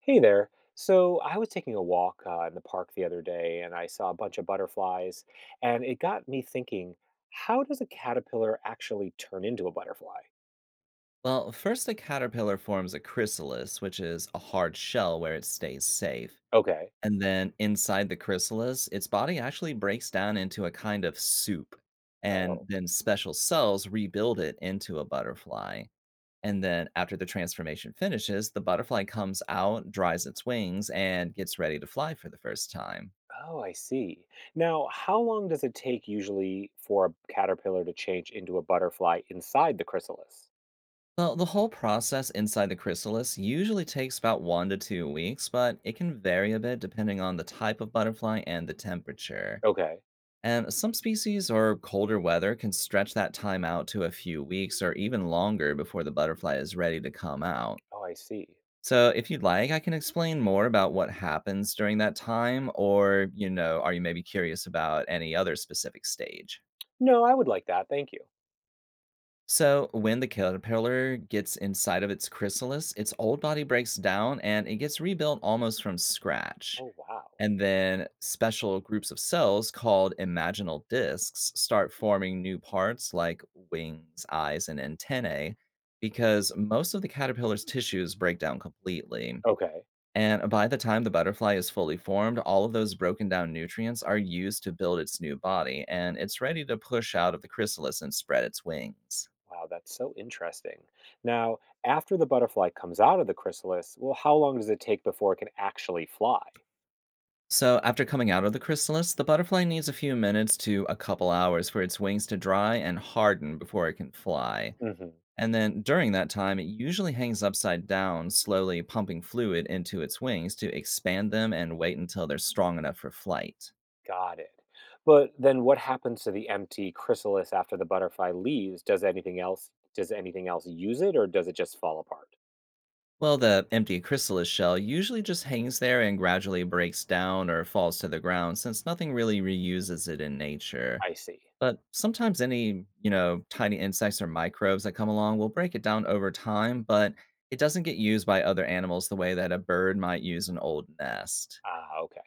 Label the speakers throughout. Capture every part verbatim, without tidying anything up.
Speaker 1: Hey there. So I was taking a walk uh, in the park the other day and I saw a bunch of butterflies, and it got me thinking, how does a caterpillar actually turn into a butterfly?
Speaker 2: Well, first a caterpillar forms a chrysalis, which is a hard shell where it stays safe.
Speaker 1: Okay.
Speaker 2: And then inside the chrysalis, its body actually breaks down into a kind of soup. And
Speaker 1: Oh,
Speaker 2: then special cells rebuild it into a butterfly. And then after the transformation finishes, the butterfly comes out, dries its wings, and gets ready to fly for the first time.
Speaker 1: oh, I see. Now, how long does it take usually for a caterpillar to change into a butterfly inside the chrysalis?
Speaker 2: Well, the whole process inside the chrysalis usually takes about one to two weeks, but it can vary a bit depending on the type of butterfly and the temperature.
Speaker 1: Okay.
Speaker 2: And some species or colder weather can stretch that time out to a few weeks or even longer before the butterfly is ready to come out.
Speaker 1: Oh, I see.
Speaker 2: So, if you'd like, I can explain more about what happens during that time, or, you know, are you maybe curious about any other specific stage?
Speaker 1: No, I would like that. Thank you.
Speaker 2: So, when the caterpillar gets inside of its chrysalis, its old body breaks down and it gets rebuilt almost from scratch.
Speaker 1: Oh, wow.
Speaker 2: And then special groups of cells called imaginal discs start forming new parts like wings, eyes, and antennae because most of the caterpillar's tissues break down completely.
Speaker 1: Okay.
Speaker 2: And by the time the butterfly is fully formed, all of those broken down nutrients are used to build its new body and it's ready to push out of the chrysalis and spread its wings.
Speaker 1: Wow, that's so interesting. Now, after the butterfly comes out of the chrysalis, well, how long does it take before it can actually fly?
Speaker 2: So, after coming out of the chrysalis, the butterfly needs a few minutes to a couple hours for its wings to dry and harden before it can fly.
Speaker 1: Hmm.
Speaker 2: And then during that time, it usually hangs upside down, slowly pumping fluid into its wings to expand them and wait until they're strong enough for flight.
Speaker 1: Got it. But then what happens to the empty chrysalis after the butterfly leaves? Does anything else does anything else use it or does it just fall apart?
Speaker 2: Well, the empty chrysalis shell usually just hangs there and gradually breaks down or falls to the ground since nothing really reuses it in nature.
Speaker 1: I see.
Speaker 2: But sometimes any, you know, tiny insects or microbes that come along will break it down over time, but it doesn't get used by other animals the way that a bird might use an old nest.
Speaker 1: Ah, okay.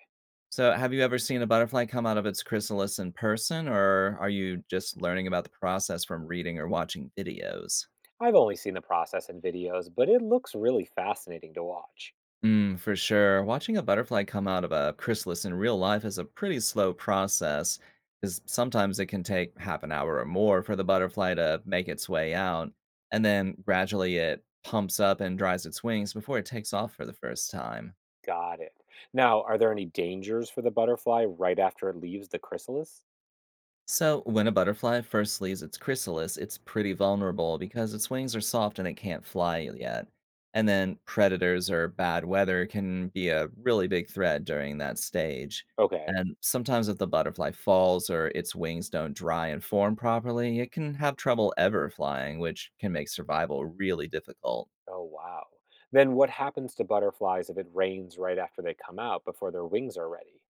Speaker 2: So, have you ever seen a butterfly come out of its chrysalis in person, or are you just learning about the process from reading or watching videos?
Speaker 1: I've only seen the process in videos, but it looks really fascinating to watch.
Speaker 2: Mm, for sure. Watching a butterfly come out of a chrysalis in real life is a pretty slow process, because sometimes it can take half an hour or more for the butterfly to make its way out. And then gradually it pumps up and dries its wings before it takes off for the first time.
Speaker 1: Got it. Now, are there any dangers for the butterfly right after it leaves the chrysalis?
Speaker 2: So, when a butterfly first leaves its chrysalis, it's pretty vulnerable because its wings are soft and it can't fly yet. And then predators or bad weather can be a really big threat during that stage.
Speaker 1: Okay.
Speaker 2: And sometimes, if the butterfly falls or its wings don't dry and form properly, it can have trouble ever flying, which can make survival really difficult.
Speaker 1: Oh, wow. Then what happens to butterflies if it rains right after they come out before their wings are ready?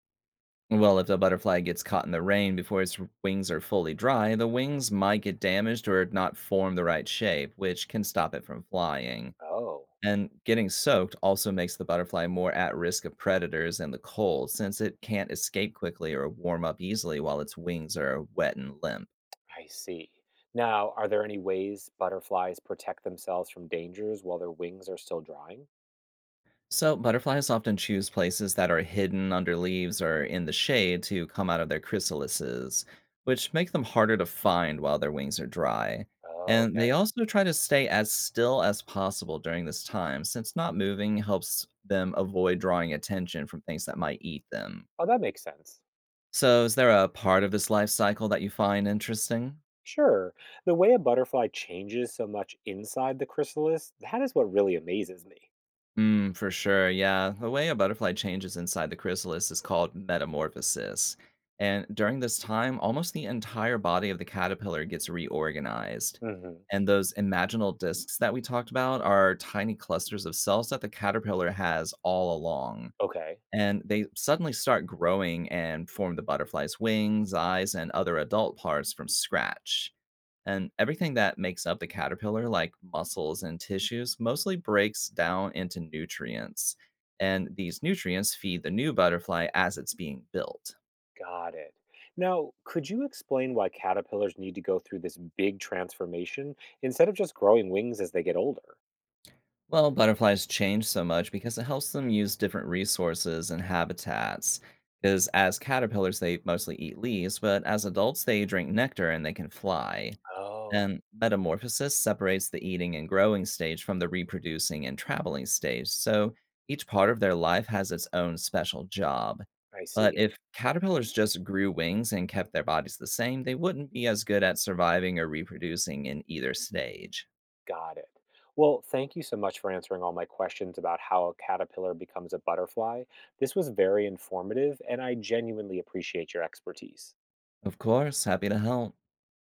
Speaker 2: Well, if the butterfly gets caught in the rain before its r- wings are fully dry, the wings might get damaged or not form the right shape, which can stop it from flying.
Speaker 1: Oh,
Speaker 2: And getting soaked also makes the butterfly more at risk of predators and the cold, since it can't escape quickly or warm up easily while its wings are wet and limp.
Speaker 1: I see. Now, are there any ways butterflies protect themselves from dangers while their wings are still drying?
Speaker 2: So, butterflies often choose places that are hidden under leaves or in the shade to come out of their chrysalises, which make them harder to find while their wings are dry.
Speaker 1: Oh,
Speaker 2: And
Speaker 1: okay.
Speaker 2: they also try to stay as still as possible during this time, since not moving helps them avoid drawing attention from things that might eat them.
Speaker 1: Oh, that makes sense.
Speaker 2: So, is there a part of this life cycle that you find interesting?
Speaker 1: Sure. The way a butterfly changes so much inside the chrysalis, that is what really amazes me.
Speaker 2: Mm, for sure. Yeah. The way a butterfly changes inside the chrysalis is called metamorphosis. And during this time, almost the entire body of the caterpillar gets reorganized.
Speaker 1: Hmm.
Speaker 2: And those imaginal discs that we talked about are tiny clusters of cells that the caterpillar has all along.
Speaker 1: Okay.
Speaker 2: And they suddenly start growing and form the butterfly's wings, eyes, and other adult parts from scratch. And everything that makes up the caterpillar, like muscles and tissues, mostly breaks down into nutrients. And these nutrients feed the new butterfly as it's being built.
Speaker 1: Got it. Now, could you explain why caterpillars need to go through this big transformation instead of just growing wings as they get older?
Speaker 2: Well, butterflies change so much because it helps them use different resources and habitats. Because as caterpillars, they mostly eat leaves, but as adults, they drink nectar and they can fly.
Speaker 1: Oh,
Speaker 2: And metamorphosis separates the eating and growing stage from the reproducing and traveling stage, so each part of their life has its own special job.
Speaker 1: I
Speaker 2: But
Speaker 1: see.
Speaker 2: if caterpillars just grew wings and kept their bodies the same, they wouldn't be as good at surviving or reproducing in either stage.
Speaker 1: Got it. Well, thank you so much for answering all my questions about how a caterpillar becomes a butterfly. This was very informative, and I genuinely appreciate your expertise.
Speaker 2: Of course, happy to help.